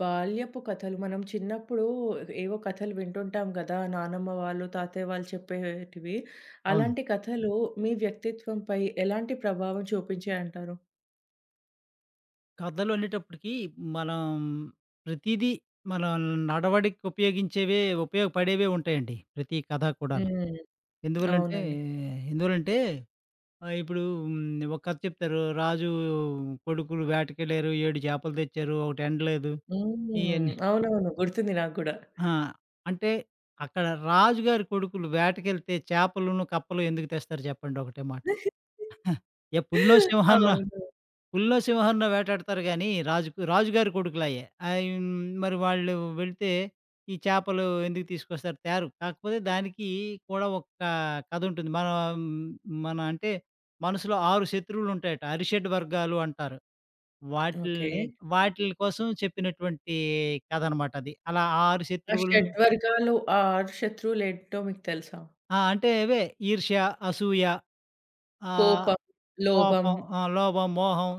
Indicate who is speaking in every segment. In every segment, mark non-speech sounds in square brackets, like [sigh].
Speaker 1: బాల్యపు కథలు. మనం చిన్నప్పుడు ఏవో కథలు వింటుంటాం గదా! నానమ్మ వాళ్ళు, తాతయ్య వాళ్ళు చెప్పేటివి.
Speaker 2: అవును.
Speaker 1: అలాంటి కథలు మీ వ్యక్తిత్వంపై ఎలాంటి ప్రభావం చూపించాయంటారు?
Speaker 2: కథలు అనేటప్పటికి మనం ప్రతీదీ మనం నడవడికి ఉపయోగించేవే ఉపయోగపడేవే ఉంటాయండి. ప్రతి కథ కూడాను.
Speaker 1: హ్మ్.
Speaker 2: ఎందువల్లంటే
Speaker 1: అవునండి.
Speaker 2: ఎందువల్లంటే ఇప్పుడు ఒక కథ చెప్తారు. రాజు కొడుకులు వేటకెళ్లారు, 7 చేపలు తెచ్చారు, ఒకటి ఎండలేదు.
Speaker 1: హ్మ్.
Speaker 2: ఇయన్నీ
Speaker 1: అవునవును. గుర్తుంది నాకు గూడా.
Speaker 2: ఆ! అంటే అక్కడ రాజుగారి కొడుకులు వేటకెళ్తే చేపలును, కప్పలు ఎందుకు తెస్తారు చెప్పండి ఒకటే మాట. ఏ పుల్లో, సింహన్నో
Speaker 1: అవును.
Speaker 2: పులినో, సింహాన్నో వేటాడతారు గానీ, రాజుకు రాజుగారి కొడుకులయ్యే. ఆహ్, హ్మ్, మరి వాళ్ళు వెళితే ఈ చేపలు ఎందుకు తీసుకొస్తారు తేరు. కాకపోతే దానికి కూడా ఒక కథుంటుంది. మనం మన మన అంటే మనసులో 6 శత్రువులుంటాయట. అరిషడ్ వర్గాలు అంటారు.
Speaker 1: ఓకే.
Speaker 2: వాటిల్ని వాటిల కోసం చెప్పినటువంటి కథనమాట అది. అలా 6
Speaker 1: ఆ
Speaker 2: శత్రువులని
Speaker 1: షడ్వర్గాలు, ఆ 6 శత్రువులేంటో మీకు తెలుసా?
Speaker 2: ఆ! అంటే ఇవే ఈర్ష్య, అసూయ, ఆహ్,
Speaker 1: కోపం, లోభం.
Speaker 2: కోపం, లోభం, మోహం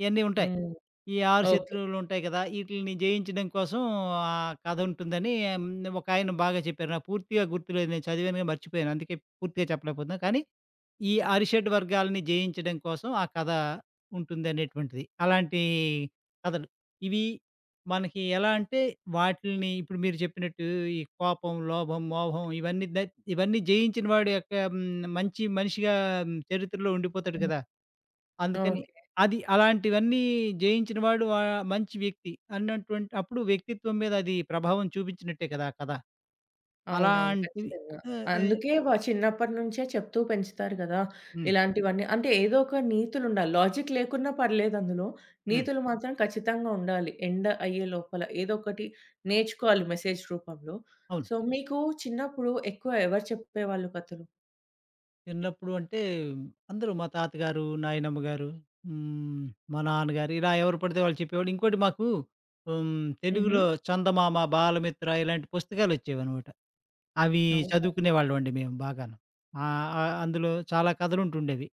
Speaker 2: ఇయన్నీ ఉంటాయి.
Speaker 1: హ్మ్.
Speaker 2: ఈ 6
Speaker 1: ఓకే.
Speaker 2: శత్రువులుంటాయి కదా! ఈటిలిని జయించడం కోసం ఆ కథ ఉంటుందని. ఒక ఆయన బాగా చెప్పారు. నాకు పూర్తిగా గుర్తులేదు. నేను చదివాను గాని మర్చిపోయాను. అందుకే పూర్తిగా చెప్పలేకపోతున్నా. కానీ ఈ అరిషడ్ వర్గాలని జయించడం కోసం ఆ కథ ఉంటుందనేటువంటిది. అలాంటి కథలు. ఇవి మనకి ఎలా అంటే వాటిల్ని ఇప్పుడు మీరు చెప్పినట్టు ఈ కోపం, లోభం, మోహం ఇవన్నీ జయించిన వాడు యొక్క మంచి మనిషిగా చరిత్రలో ఉండిపోతాడు
Speaker 1: హ్మ్.
Speaker 2: కదా! అందుకని
Speaker 1: ఓకే.
Speaker 2: అది అలాంటివన్నీ జయించిన వాడు మంచి వ్యక్తి అన్నటువంటి అప్పుడు వ్యక్తిత్వం మీద అది ప్రభావం చూపించినట్టే కదా! కదా!
Speaker 1: అవునవును.
Speaker 2: అలాంటివి
Speaker 1: ఖచ్చితంగా.
Speaker 2: ఏ ఏ
Speaker 1: అందుకే చిన్నప్పటి నుంచే చెప్తూ పెంచుతారు గదా!
Speaker 2: హ్మ్.
Speaker 1: ఇలాంటివన్నీ. అంటే ఏదో ఒక నీతులుండాలి. లాజిక్ లేకున్నా పర్లేదు అందులో.
Speaker 2: హ్మ్.
Speaker 1: నీతులు మాత్రం ఖచ్చితంగా ఉండాలి. ఎండ్ అయ్యే లోపల ఏదో ఒకటి నేర్చుకోవాలి మెసేజ్ రూపంలో.
Speaker 2: అవును.
Speaker 1: సో, మీకు చిన్నప్పుడు ఎక్కువ ఎవరు చెప్పేవాళ్ళు కథలు?
Speaker 2: చిన్నప్పుడు అంటే అందరూ మా తాతగారు, నాయనమ్మ గారు, హ్మ్, మా నాన్నగారు ఇలా ఎవరు పడితే వాళ్ళు చెప్పేవాళ్ళు. ఇంకోటి మాకు హ్మ్,
Speaker 1: హుహు.
Speaker 2: తెలుగులో 'చందమామ', 'బాలమిత్ర' ఇలాంటి పుస్తకాలొచ్చేవనమాట. అవి
Speaker 1: అవునా!
Speaker 2: చదువుకునేవాళ్ళమండి మేము బాగాను. ఆహ్, ఆహ్, అందులో చాలా కథలుంటుండేవి.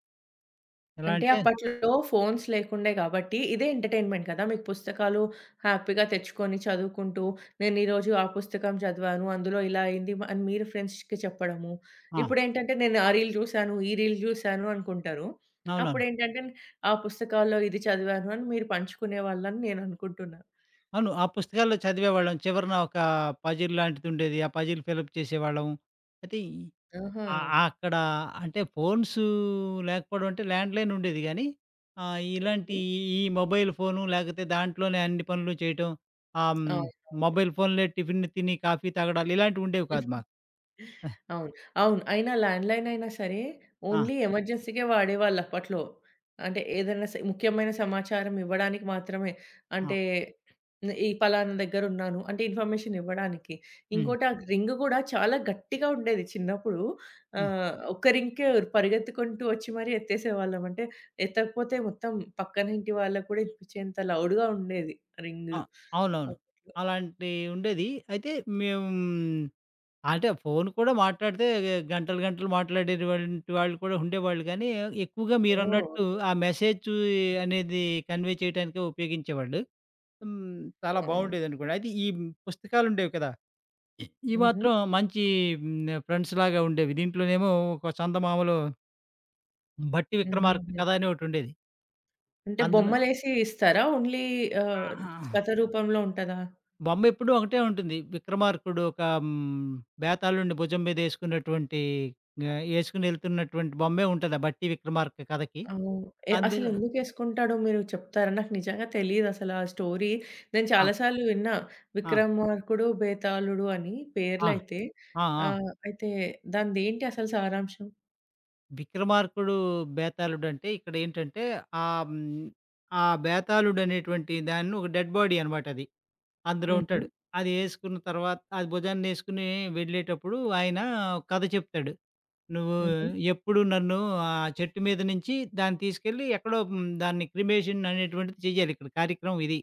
Speaker 2: ఎలా
Speaker 1: అంటే
Speaker 2: అంటే
Speaker 1: అప్పట్లో ఫోన్స్ లేకుండే కాబట్టి ఇదే ఎంటర్‌టైన్‌మెంట్ కదా! మీకు పుస్తకాలు హ్యాపీగా తెచ్చుకొని చదువుకుంటూ, నేను ఈరోజు ఆ పుస్తకం చదివాను. అందులో ఇలా అయింది అని మీరు ఫ్రెండ్స్‌కి చెప్పడము.
Speaker 2: ఆ!
Speaker 1: ఇప్పుడేంటంటే నేను ఆ రీల్ చూసాను, ఈ రీల్ చూసాను అనుకుంటారు.
Speaker 2: అవునవును.
Speaker 1: అప్పుడేంటంటే ఆ పుస్తకాల్లో ఇది చదివాను అని మీరు పంచుకునేవాళ్ళని నేను అనుకుంటున్నా.
Speaker 2: అవును. ఆ పుస్తకాల్లో చదివేవాళ్ళం. చివరన ఒక పజిల్ లాంటిదుండేది. ఆ పజిల్ ఫిలప్ చేసేవాళ్ళం. అయితే ఈ
Speaker 1: ఆహా!
Speaker 2: ఆ! ఆ! అక్కడ అంటే ఫోన్స్ లేకపోవడం అంటే ల్యాండ్‌లైన్ ఉండేది గానీ, ఇలాంటి ఈ మొబైల్ ఫోను లేకపోతే దాంట్లోనే అన్ని పనులు చేయటం. ఆహ్, హ్మ్.
Speaker 1: అవునవును.
Speaker 2: మొబైల్ ఫోన్‌లే టిఫిన్ తిని కాఫీ తాగడాలు ఇలాంటివుండేవి కాదు మాకు.
Speaker 1: అవును. అవును. అయినా ల్యాండ్‌లైన్ అయినా సరే,
Speaker 2: ఆ!
Speaker 1: ఓన్లీ ఎమర్జెన్సీకే వాడేవాళ్ళు అప్పట్లో. అంటే ఏదైనా ముఖ్యమైన సమాచారం ఇవ్వడానికి మాత్రమే.
Speaker 2: ఆ!
Speaker 1: అంటే ఈ పలానా దగ్గరున్నాను అంటే ఇన్ఫర్మేషన్ ఇవ్వడానికి.
Speaker 2: హ్మ్.
Speaker 1: ఇంకోటి ఆ రింగ్ గూడా చాలా గట్టిగా ఉండేది చిన్నప్పుడు.
Speaker 2: హ్మ్.
Speaker 1: ఒక్క రింగ్‌కే పరిగెత్తుకుంటూ వచ్చి మరీ ఎత్తేసేవాళ్ళం. అంటే ఎత్తకపోతే మొత్తం పక్కన ఇంటి వాళ్ళకి కూడా ఇనిపించేంత లౌడ్‌గా ఉండేది రింగ్.
Speaker 2: ఆ! అవునవును.
Speaker 1: అప్పట్లో.
Speaker 2: అలాంటివుండేది. అయితే మేము అంటే ఫోను కూడా మాట్లాడితే గంటలు, గంటలు మాట్లాడేటువంటి వాళ్ళు కూడా ఉండేవాళ్ళు కానీ, ఎక్కువగా
Speaker 1: ఓహ్!
Speaker 2: మీరన్నట్టు ఆ మెసేజ్ అనేది కన్వే చేయటానికే ఉపయోగించేవాళ్ళు. హ్మ్. చాలా
Speaker 1: అవును.
Speaker 2: బావుండేదనుకోండి. అయితే ఈ పుస్తకాలుండేవి కదా! ఈ
Speaker 1: హుహు.
Speaker 2: మాత్రం మంచి ఫ్రెండ్స్‌లాగా ఉండేవి. దీంట్లోనేమో ఒక చందమామలో 'భట్టి విక్రమార్క'
Speaker 1: హుహుహు.
Speaker 2: కథ అని ఒకటుండేది.
Speaker 1: అంటే
Speaker 2: అందులో
Speaker 1: బొమ్మలేసి ఇస్తారా? ఓన్లీ ఆహ్,
Speaker 2: ఆహా!
Speaker 1: కథ రూపంలో ఉంటదా?
Speaker 2: బొమ్మ ఎప్పుడూ ఒకటే ఉంటుంది. 'విక్రమార్కుడు' ఒక బేతాళుడిని భుజం మీద ఏసుకున్నటువంటి ఏసుకొనెళ్తున్నటువంటి బొమ్మే ఉంటది. ఆ 'బట్టి విక్రమార్క' కథకి.
Speaker 1: అవును.
Speaker 2: అందులో
Speaker 1: అసలెందుకేసుకుంటాడో మీరు చెప్తారా? నాకు నిజంగా తెలీదసల ఆ స్టోరీ. నేను
Speaker 2: ఆ!
Speaker 1: చాలా సార్లు విన్నా
Speaker 2: ఆ!
Speaker 1: 'విక్రమార్కుడు బేతాళుడు' అని
Speaker 2: ఆ!
Speaker 1: పేర్లయితే.
Speaker 2: ఆ! ఆ!
Speaker 1: అయితే దానిదేంటి అసలు సారాంశం?
Speaker 2: 'విక్రమార్కుడు' బేతాళుడంటే ఇక్కడేంటంటే ఆహ్, హ్మ్, ఆ బేతాళుడనేటువంటి దాన్ని ఒక డెడ్ బాడీ అనమాట అది. అందులో
Speaker 1: హుహు.
Speaker 2: ఉంటాడు. అది ఏసుకున్న తర్వాత అది భుజాన్నేసుకుని వెళ్ళేటప్పుడు ఆయన కథ చెప్తాడు. నువ్వు
Speaker 1: హుహు.
Speaker 2: ఎప్పుడు నన్ను ఆ చెట్టు మీద నుంచి దాన్ని తీసుకెళ్ళి ఎక్కడో దాన్ని క్రిమేషన్ అనేటువంటిది చెయ్యాలి. ఇక్కడ కార్యక్రమం ఇది.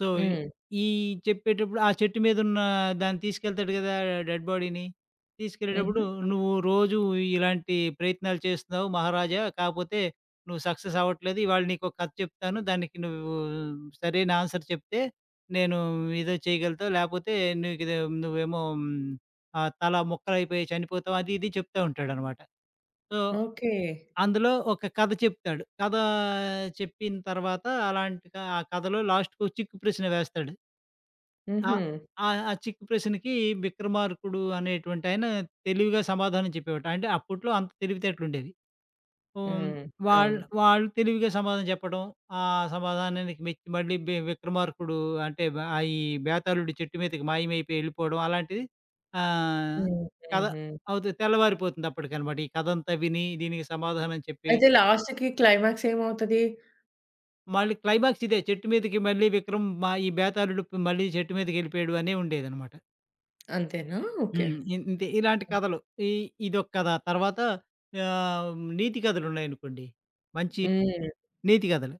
Speaker 2: సో,
Speaker 1: హ్మ్.
Speaker 2: ఈ చెప్పేటప్పుడు ఆ చెట్టు మీదున్న దాన్ని తీసుకెళ్తాడు గదా! డెడ్ బాడీని. తీసుకెళ్ళేటప్పుడు
Speaker 1: హుహు.
Speaker 2: "నువ్వు రోజు ఇలాంటి ప్రయత్నాలు చేస్తున్నావు మహారాజా. కాపోతే నువ్వు సక్సెస్ అవ్వట్లేదు. ఇవాళ నీకొక కథ చెప్తాను. దానికి నువ్వు సరైన ఆన్సర్ చెప్తే నేను ఏదో చేయగలుగుతావు. లేపోతే నీకిది నువ్వేమో తల ముక్కలైపోయి చనిపోతావు." అది ఇది చెప్తా ఉంటాడనమాట. So
Speaker 1: okay.
Speaker 2: అందులో ఒక కథ చెప్తాడు. కథ చెప్పిన తర్వాత అలాంటి క ఆ కథలో లాస్ట్‌కొ చిక్కు ప్రశ్న వేస్తాడు. ఆహ్,
Speaker 1: హుహు.
Speaker 2: ఆహ్, ఆ చిక్కు ప్రశ్నకి విక్రమార్కుడు అనేటువంటి ఆయన తెలివిగా సమాధానం చెప్పేవాడు. అంటే అప్పట్లో అంత తెలివితేటలుండేవి. హ్మ్.
Speaker 1: హ్మ్.
Speaker 2: వాళ్
Speaker 1: అవును.
Speaker 2: వాళ్ళు తెలివిగా సమాధానం చెప్పడం. ఆ సమాధానానికి మెచ్చి మళ్ళీ విక్రమార్కుడు అంటే ఈ బేతాళుడు చెట్టు మీదకి మాయమైపోయి ఎళ్ళిపోవడం అలాంటిది ఆహ్,
Speaker 1: హ్మ్.
Speaker 2: కథ
Speaker 1: హుహు.
Speaker 2: అవుతే తెల్లవారిపోతుంది అప్పటికనమాట. ఈ కథంతా విని దీనికి సమాధానం చెప్పి
Speaker 1: అయితే లాస్ట్‌కి క్లైమాక్స్ ఏమవుతది?
Speaker 2: మళ్ళీ క్లైమాక్స్ ఇదే. చెట్టు మీదకి మళ్ళీ విక్రమ్ మా ఈ బేతాళుడు మళ్ళీ చెట్టు మీదకెళ్ళిపోయాడు అనే ఉండేదనమాట.
Speaker 1: అంతేనా? ఓకే.
Speaker 2: హ్మ్. ఇంతే ఇలాంటి కథలు. ఈ ఇదొక కథ. తర్వాత ఆహ్, నీతి కథలున్నాయనుకోండి. మంచి
Speaker 1: హ్మ్.
Speaker 2: నీతి కథలు.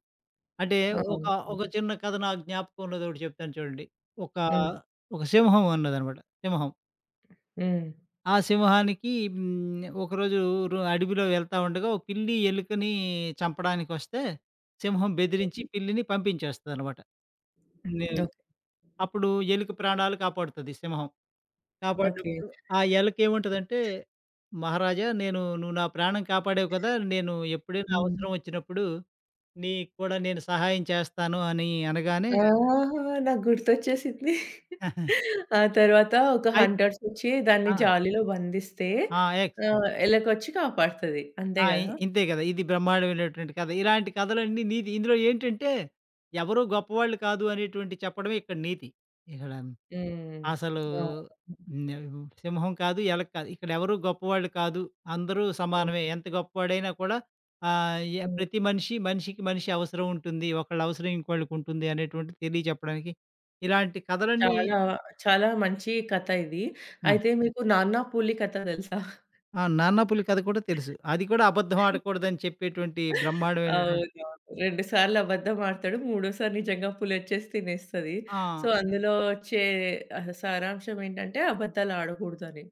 Speaker 2: అంటే ఒక,
Speaker 1: అవును.
Speaker 2: ఒక చిన్న కథ నాకు జ్ఞాపకం ఉన్నదొకటి చెప్తాను చూడండి. ఒక,
Speaker 1: హ్మ్.
Speaker 2: ఒక సింహం ఉన్నదనమాట. సింహం.
Speaker 1: హ్మ్.
Speaker 2: ఆ సింహానికి ఒకరోజు అడవిలో వెళ్తా ఉండగా ఓ పిల్లి ఎలుకని చంపడానికొస్తే సింహం బెదిరించి పిల్లిని పంపించేస్తదనమాట. నే
Speaker 1: ఓకే.
Speaker 2: అప్పుడు ఎలుక ప్రాణాలు కాపాడుతది సింహం.
Speaker 1: ఓకే.
Speaker 2: కాపాడినప్పుడు ఆ ఎలుకేమంటదంటే, "మహారాజా నేను నువ్వు నా ప్రాణం కాపాడావు కదా! నేను ఎప్పుడైనా
Speaker 1: హ్మ్.
Speaker 2: అవసరం వచ్చినప్పుడు నీకు కూడా నేను సహాయం చేస్తాను" అని అనగానే
Speaker 1: ఆహా! నాకు గుర్తొచ్చేసింది.
Speaker 2: [laughs]
Speaker 1: ఆ తర్వాత ఒక
Speaker 2: అయి
Speaker 1: హంటర్సొచ్చి దాన్ని
Speaker 2: ఆ!
Speaker 1: జాలీలో బంధిస్తే
Speaker 2: ఆ! ఎక్స్
Speaker 1: ఎలకొచ్చి కాపాడుతది. అంతే
Speaker 2: ఆ!
Speaker 1: గదా!
Speaker 2: ఇంతే కదా! ఇది బ్రహ్మాండమైనటువంటి కథ. ఇలాంటి కథలన్నీ నీతి. ఇందులో ఏంటంటే ఎవరు గొప్పవాళ్ళు కాదు అనేటువంటి చెప్పడమే ఇక్కడ నీతి. ఇక్కడ
Speaker 1: హ్మ్.
Speaker 2: అసలు
Speaker 1: అవును.
Speaker 2: నే సింహం కాదు, ఎలక కాదు. ఇక్కడెవరు గొప్పవాళ్ళు కాదు. అందరూ
Speaker 1: హ్మ్.
Speaker 2: సమానమే. ఎంత గొప్పవాడైనా కూడా ఆహ్, య
Speaker 1: హ్మ్.
Speaker 2: ప్రతి మనిషి, మనిషికి మనిషి అవసరం ఉంటుంది. ఒకళ్ళ అవసరం ఇంకోళ్ళకుంటుంది అనేటువంటిది తెలియచెప్పడానికి ఇలాంటి కథలన్నీ
Speaker 1: చాలా చాలా మంచి కథ ఇది.
Speaker 2: ఆ!
Speaker 1: అయితే మీకు 'నాన్న పూలి' కథ తెలుసా?
Speaker 2: ఆ! 'నాన్న పులి' కథ కూడా తెలుసు. అది కూడా అబద్ధం ఆడకూడదని చెప్పేటువంటి బ్రహ్మాండమైనటువంటి
Speaker 1: అవునవును. 2 సార్లు అబద్ధం ఆడతాడు. మూడోసారి నిజంగా పులొచ్చేసి తినేస్తది. సో,
Speaker 2: ఆ!
Speaker 1: అందులో వచ్చే సారాంశం ఏంటంటే అబద్ధాలు ఆడకూడదని.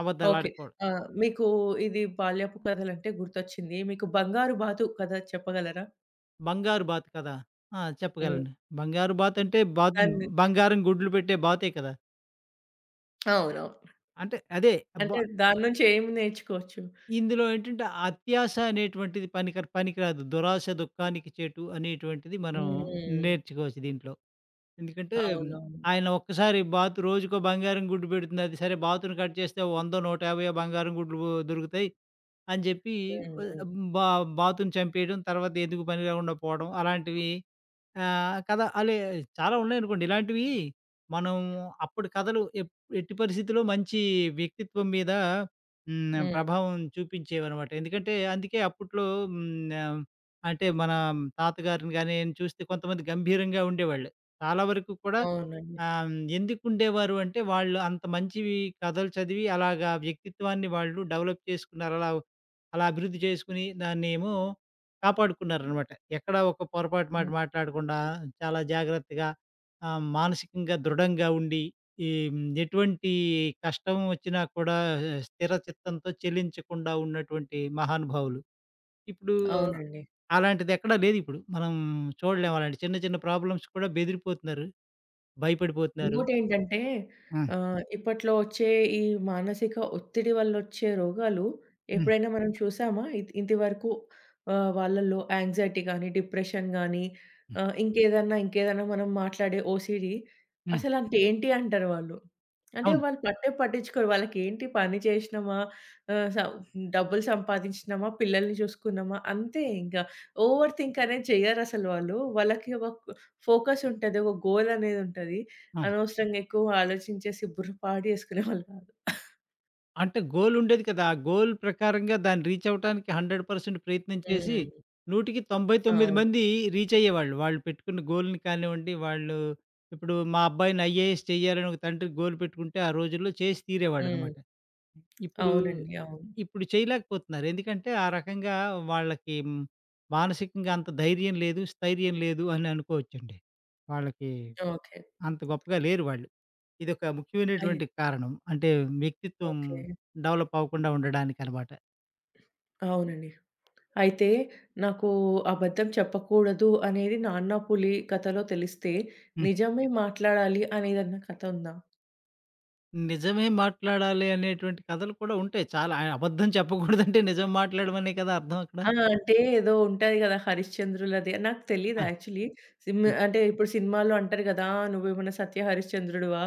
Speaker 2: అబద్ధాలు
Speaker 1: ఓకే.
Speaker 2: ఆడకూడదు.
Speaker 1: ఆ! మీకు ఇది బాల్యపు కథలంటే గుర్తొచ్చింది. మీకు 'బంగారు బాతు' కథ చెప్పగలరా?
Speaker 2: 'బంగారు బాతు' కదా! ఆ!
Speaker 1: హ్మ్.
Speaker 2: చెప్పగలను. 'బంగారు బాతు' అంటే
Speaker 1: దాన్ని
Speaker 2: బంగారం గుడ్లు పెట్టే బాతే కదా!
Speaker 1: అవునవును.
Speaker 2: అంటే అదే
Speaker 1: అంటే
Speaker 2: బ
Speaker 1: దాని నుంచి ఏం నేర్చుకోవచ్చు?
Speaker 2: ఇందులో ఏంటంటే అత్యాస అనేటువంటిది పనికిరాదు. 'దురాశ దుఃఖానికి చేటు' అనేటువంటిది మనం
Speaker 1: హ్మ్.
Speaker 2: నేర్చుకోవచ్చు దీంట్లో. ఎందుకంటే మ్,
Speaker 1: అవునవును.
Speaker 2: ఆయన ఒక్కసారి బాతు రోజుకో బంగారం గుడ్డు పెడుతుంది. అది సరే బాతును కట్ చేస్తే 100, 150 బంగారం గుడ్లు దొరుకుతాయి అని చెప్పి ఆహ్,
Speaker 1: హ్మ్.
Speaker 2: బా బాతుని చంపేయడం, తర్వాత ఎందుకు పని రాకుండా పోవడం అలాంటివి కథ చాలా ఉన్నాయనుకోండి. ఇలాంటివి మనం అప్పటి కథలు ఎట్టి పరిస్థితిలో మంచి వ్యక్తిత్వం మీద
Speaker 1: హ్మ్.
Speaker 2: ప్రభావం చూపించేవనమాట. ఎందుకంటే అందుకే అప్పట్లో హ్మ్. ఆహ్, అంటే మన తాతగారిని గాని చూస్తే కొంతమంది గంభీరంగా ఉండేవాళ్ళు. చాలా వరకు కూడా
Speaker 1: అవునండి.
Speaker 2: ఆహ్, ఎందుకుండేవారు అంటే వాళ్ళు అంత మంచివి కథలు చదివి అలాగా వ్యక్తిత్వాన్ని వాళ్ళు డెవలప్ చేసుకున్నారు. అలా అలా అభివృద్ధి చేసుకొని దాన్నేమో కాపాడుకున్నారనమాట. ఎక్కడ ఒక పొరపాటు మాట
Speaker 1: హ్మ్.
Speaker 2: మాట్లాడకుండా చాలా జాగ్రత్తగా మానసికంగా దృఢంగా ఉండి ఈ ఎటువంటి కష్టం వచ్చినా కూడా స్థిర చిత్తంతో చెలించకుండా ఉన్నటువంటి మహానుభావులు. ఇప్పుడు హ్మ్.
Speaker 1: అవునండి.
Speaker 2: అలాంటిది ఎక్కడా లేదిప్పుడు. మనం చూడలేం అలాంటి చిన్న చిన్న ప్రాబ్లమ్స్ కూడా బెదిరిపోతున్నారు. భయపడిపోతున్నారు.
Speaker 1: ఇంకోటేంటంటే
Speaker 2: హ్మ్.
Speaker 1: ఇప్పట్లో ఒచ్చే ఈ మానసిక ఒత్తిడి వల్లొచ్చే రోగాలు
Speaker 2: హ్మ్.
Speaker 1: ఎప్పుడైనా మనం చూసామా? ఇంత వరకు వాళ్ళలో యాంగ్జైటీ గానీ, డిప్రెషన్ గానీ
Speaker 2: హ్మ్.
Speaker 1: ఇంకేదన్నా, మనం మాట్లాడే ఓసీడీ
Speaker 2: హ్మ్.
Speaker 1: అసలంటే ఏంటి అంటారు వాళ్ళు. అంటే
Speaker 2: అవును.
Speaker 1: వాళ్ళు పట్టే పట్టించుకోరు. వాళ్ళకేంటి పని చేసినమా, ఆహ్, స డబ్బులు సంపాదించినమా, పిల్లల్ని చూసుకున్నామా అంతే ఇంకా. ఓవర్ థింక్ అనేది చెయ్యరసలు వాళ్ళు. వాళ్ళకి ఒక ఫోకస్ ఉంటది. ఒక గోల్ అనేదుంటది.
Speaker 2: ఆ!
Speaker 1: అనవసరంగా ఎక్కువ ఆలోచించేసి బుర్ర పాడు చేసుకునేవాళ్ళు కాదు.
Speaker 2: అంటే గోలుండేది కదా! ఆ గోల్ ప్రకారంగా దాన్ని రీచ్ అవ్వటానికి 100% ప్రయత్నం చేసి,
Speaker 1: హ్మ్.
Speaker 2: 100కి 99
Speaker 1: అవును.
Speaker 2: మంది రీచ్ అయ్యేవాళ్ళు. వాళ్ళు పెట్టుకున్న గోల్‌ని కానివ్వండి, వాళ్ళు ఇప్పుడు మా అబ్బాయిని ఐఏఎస్ చేయాలని ఒక తండ్రి గోల్ పెట్టుకుంటే, ఆ రోజుల్లో చేసి
Speaker 1: హ్మ్.
Speaker 2: తీరేవాడనమాట. ఇప్పుడు,
Speaker 1: అవునండి. అవును.
Speaker 2: ఇప్పుడు చేయలేకపోతున్నారు. ఎందుకంటే, ఆ రకంగా వాళ్ళకి మానసికంగా అంత ధైర్యం లేదు, స్థైర్యం లేదు అని అనుకోవచ్చండి. వాళ్ళకి
Speaker 1: ఓకే.
Speaker 2: అంత గొప్పగా లేరు వాళ్ళు. ఇదొక
Speaker 1: అయి
Speaker 2: ముఖ్యమైనటువంటి కారణం. అంటే వ్యక్తిత్వం
Speaker 1: ఓకే.
Speaker 2: డెవలప్ అవ్వకుండా ఉండడానికనమాట.
Speaker 1: అవునండి. అయితే నాకు అబద్ధం చెప్పకూడదు అనేది 'నాన్న పులి' కథలో తెలిస్తే,
Speaker 2: హ్మ్.
Speaker 1: నిజమే మాట్లాడాలి అనేదన్నా కథ ఉందా?
Speaker 2: నిజమే మాట్లాడాలి అనేటువంటి కథలు కూడా ఉంటాయి చాలా. అబద్ధం చెప్పకూడదంటే నిజం మాట్లాడమనే కదా అర్థం అక్కడ.
Speaker 1: ఆ! అంటే ఏదో ఉంటది గదా! 'హరిశ్చంద్రులది' నాకు తెలీదు
Speaker 2: ఆ!
Speaker 1: యాక్చువల్లీ.
Speaker 2: హ్మ్.
Speaker 1: అంటే ఇప్పుడు సినిమాలో అంటారు గదా! "నువ్వేమైనా సత్య హరిశ్చంద్రుడివా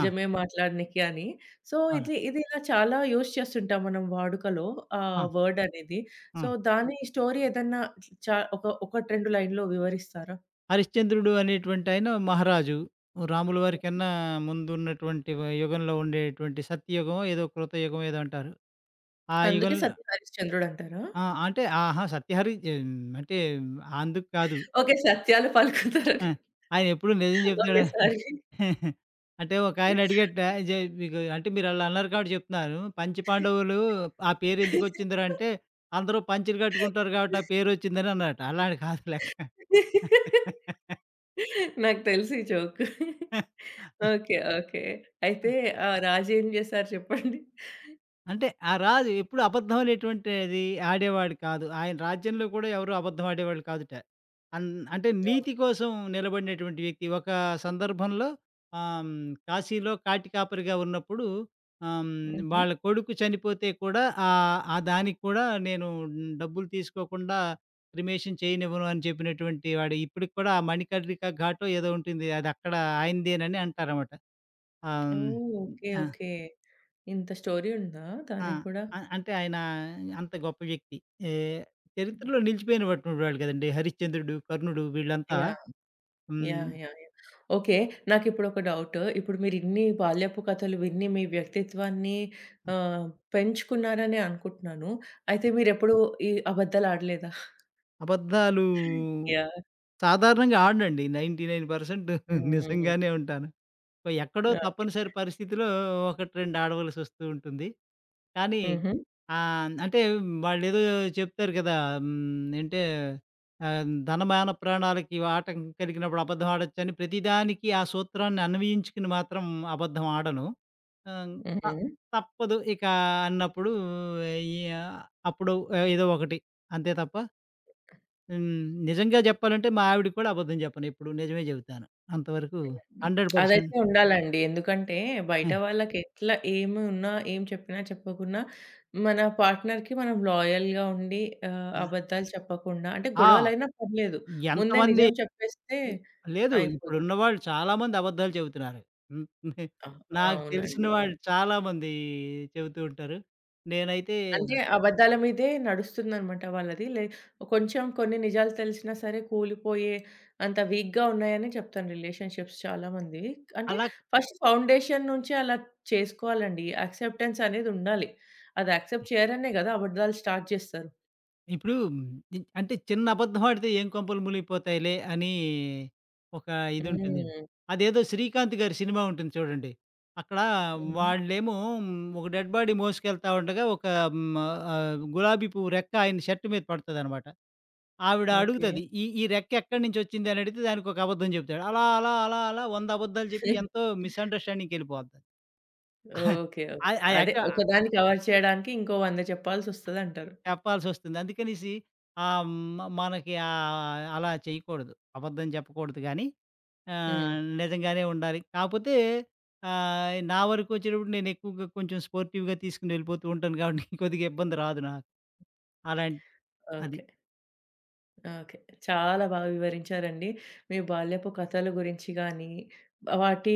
Speaker 2: ఆ!
Speaker 1: మాట్లాడనీకి" అని. సో,
Speaker 2: ఆ!
Speaker 1: ఇది ఇది ఇలా చాలా యూజ్ చేస్తుంటాం మనం వాడుకలో ఆ
Speaker 2: ఆ!
Speaker 1: వర్డ్ అనేది.
Speaker 2: ఆ!
Speaker 1: సో, దాని స్టోరీ ఏదన్నా ఒకటి 2 లైన్‌లో వివరిస్తారా?
Speaker 2: హరిశ్చంద్రుడు అనేటువంటి ఆయన మహారాజు. రాముల వారి కన్నా ముందున్నటువంటి యుగంలో ఉండేటువంటి సత్యయుగమో ఏదో కృతయుగమో ఏదో అంటారు. ఆ
Speaker 1: అందుకే
Speaker 2: యుగంలో
Speaker 1: సత్య హరిశ్చంద్రుడు అంటారా?
Speaker 2: ఆ! అంటే ఆహా! అంటే అందుకు కాదు.
Speaker 1: ఓకే. సత్యాలు
Speaker 2: ఆ!
Speaker 1: పలుకుతారని.
Speaker 2: ఆయనెప్పుడు నిజం చెప్తాడా?
Speaker 1: ఓకే. సారీ.
Speaker 2: [laughs] అంటే ఒకాయన అడిగాడట మీకు అంటే మీరలా అన్నారు కాబట్టి చెప్తున్నాను. పంచపాండవులు ఆ పేరెందుకొచ్చిందిరా అంటే, అందరూ పంచెలు కట్టుకుంటారు కాబట్టి ఆ పేరొచ్చిందని అన్నాడట. అలాని కాదు లెక్క. [laughs]
Speaker 1: నాకు తెలుసు ఈ జోక్. ఓకే. ఓకే. అయితే రాజు ఏం చేశారు చెప్పండి?
Speaker 2: అంటే ఆ రాజు ఎప్పుడు అబద్ధం అనేటువంటిది ఆడేవాడు కాదు. ఆయన రాజ్యంలో కూడా ఎవరు అబద్ధం ఆడేవాళ్ళు కాదుట. అన్ అంటే నీతి
Speaker 1: ఓకే.
Speaker 2: కోసం నిలబడినటువంటి వ్యక్తి. ఒక సందర్భంలో ఆహ్, హ్మ్, కాశీలో కాటి కాపరిగా ఉన్నప్పుడు
Speaker 1: హుహు.
Speaker 2: వాళ్ళ కొడుకు చనిపోతే కూడా ఆ దానికి కూడా నేను డబ్బులు తీసుకోకుండా క్రిమేషన్ చేయనివ్వను అని చెప్పినటువంటి వాడు. ఇప్పటికి కూడా ఆ మణికర్ణిక ఘాటో ఏదో ఉంటుంది. అది అక్కడ ఆయనదేనని అంటారన్నమాట. ఆహ్, హ్మ్.
Speaker 1: ఓహ్! ఓకే.
Speaker 2: ఆ!
Speaker 1: ఓకే. ఇంత స్టోరీ ఉందా
Speaker 2: ఆ!
Speaker 1: దానికి కూడా?
Speaker 2: అంటే ఆయన అంత గొప్ప వ్యక్తి. ఏ చరిత్రలో నిలిచిపోయినటువంటి వాళ్ళు కదండీ. హరిశ్చంద్రుడు, కర్ణుడు వీళ్ళంతా
Speaker 1: యాహ్!
Speaker 2: హ్మ్.
Speaker 1: యాహ్! యాహ్! యాహ్! ఓకే. నాకిప్పుడు ఒక డౌట్. ఇప్పుడు మీరిన్ని బాల్యపు కథలు విని మీ వ్యక్తిత్వాన్ని ఆహ్, పెంచుకున్నారనే అనుకుంటున్నాను. అయితే మీరెప్పుడు ఈ అబద్దాలు ఆడలేదా?
Speaker 2: అబద్ధాలు
Speaker 1: [laughs] యాహ్!
Speaker 2: సాధారణంగా ఆడనండి. 99%
Speaker 1: హ్మ్.
Speaker 2: నిజంగానే ఉంటాను. ఎక్కడో
Speaker 1: ఓకే.
Speaker 2: తప్పనిసరి పరిస్థితిలో 1, 2 ఆడవలసొస్తూ ఉంటుంది. కానీ
Speaker 1: హుహు.
Speaker 2: అంటే వాళ్ళేదో చెప్తారు కదా! అంటే ధనమాన ప్రాణాలకి ఆటంకం కలిగినప్పుడు అబద్ధం ఆడొచ్చని ప్రతిదానికి ఆ సూత్రాన్ని అన్వయించుకుని మాత్రం అబద్ధం ఆడను. ఆహ్, త
Speaker 1: హుహు.
Speaker 2: తప్పదు ఇక అన్నప్పుడు ఈ ఆ, అప్పుడు ఏదో ఒకటి అంతే తప్ప హ్మ్. నిజంగా చెప్పాలంటే మా ఆవిడకి కూడా అబద్ధం చెప్పను. ఎప్పుడు నిజమే చెబుతాను. అంతవరకు
Speaker 1: హ్మ్.
Speaker 2: 100%
Speaker 1: అదైతే ఉండాలండి. ఎందుకంటే బయట వాళ్ళకి ఎట్లా ఏమి ఉన్నా, ఏం చెప్పినా, చెప్పకున్నా మన పార్ట్నర్‌కి మనం లాయల్‌గా ఉండి
Speaker 2: ఆ!
Speaker 1: అబద్ధాలు చెప్పకుండా అంటే
Speaker 2: ఆ!
Speaker 1: గొడవలైనా పర్లేదు. ముందే
Speaker 2: ఎంతమంది
Speaker 1: నిజం చెప్పేస్తే
Speaker 2: లేదు.
Speaker 1: అయిపోద్ది.
Speaker 2: ఇప్పుడున్నవాళ్ళు చాలామంది అబద్ధాలు చెబుతున్నారు. హ్మ్. [laughs]
Speaker 1: ఆ! ఆ,
Speaker 2: నాకు
Speaker 1: అవునండి.
Speaker 2: తెలిసిన వాళ్ళు
Speaker 1: అవును.
Speaker 2: చాలామంది చెబుతూ ఉంటారు. నేనైతే
Speaker 1: అంటే అబద్ధాల మీదే నడుస్తుందనమాట వాళ్ళది. కొంచెం కొన్ని నిజాలు తెలిసినా సరే కూలిపోయే అంత వీక్‌గా ఉన్నాయని చెప్తాను రిలేషన్‌షిప్స్ చాలామందివి. అంటే
Speaker 2: అలా
Speaker 1: ఫస్ట్ ఫౌండేషన్ నుంచే అలా చేసుకోవాలండి. యాక్సెప్టెన్స్ అనేది ఉండాలి. అది యాక్సెప్ట్ చేయరనే గదా! అబద్ధాలు స్టార్ట్ జేస్తారు.
Speaker 2: ఇప్పుడు ఉమ్, ఇ అంటే చిన్న అబద్ధం ఆడితే ఏం కొంపలు మునిగిపోతాయిలే అని ఒక ఇదుంటుందండి.
Speaker 1: హ్మ్.
Speaker 2: అదేదో 'శ్రీకాంత్' గారి సినిమా ఉంటుంది చూడండి. అక్కడ
Speaker 1: హుహు.
Speaker 2: వాళ్ళేమో ఉమ్, ఒక డెడ్ బాడీ మోసుకెళ్తా ఉండగా ఒక హ్మ్, గులాబీ పువ్వు రెక్క ఆయన షర్ట్ మీద పడతదనమాట. ఆవిడ
Speaker 1: ఓకే.
Speaker 2: అడుగుతది. ఈ ఈ రెక్క ఎక్కడి నుంచొచ్చింది అని అడిగితే దానికి ఒక అబద్ధం చెప్తాడు. అలా, అలా, అలా, అలా 100 అబద్ధాలు చెప్పి
Speaker 1: [laughs]
Speaker 2: ఎంతో మిస్‌అండర్‌స్టాండింగ్‌కెళ్ళిపోద్ది.
Speaker 1: ఓకే. ఓకే.
Speaker 2: అది అది
Speaker 1: అదే
Speaker 2: యాక్చువల్
Speaker 1: ఒకదానికి కవర్ చేయడానికి ఇంకో 100 చెప్పాల్సొస్తదంటారు.
Speaker 2: చెప్పాల్సొస్తుంది. [laughs] అందుకనేసి ఆహ్, మ మనకి అలా చేయకూడదు. అబద్ధం చెప్పకూడదు గానీ
Speaker 1: హ్మ్.
Speaker 2: నిజంగానే ఉండాలి. కాపోతే నా వరకొచ్చేటప్పుడు నేను ఎక్కువగా కొంచెం స్పోర్టివ్‌గా తీసుకొని వెళ్ళిపోతూ ఉంటాను కాబట్టి [laughs] కొద్దిగా ఇబ్బంది రాదు నాకు. అలాంటి అది.
Speaker 1: ఓకే. ఓకే. చాలా బాగా వివరించారండి. మీ బాల్యపు కథల గురించి గానీ, వాటి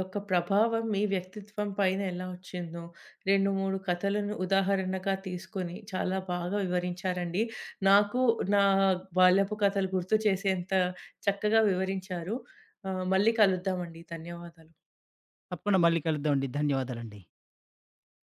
Speaker 1: యొక్క ప్రభావం మీ వ్యక్తిత్వం పైన ఎలా వచ్చిందో, 2, 3 కథలను ఉదాహరణగా తీసుకొని చాలా బాగా వివరించారండి. నాకు నా బాల్యపు కథలు గుర్తు చేసేంత చక్కగా వివరించారు. మళ్ళీ కలుద్దామండి. ధన్యవాదాలు.
Speaker 2: తప్పకుండా మళ్ళీ కలుద్దామండి. ధన్యవాదాలండి.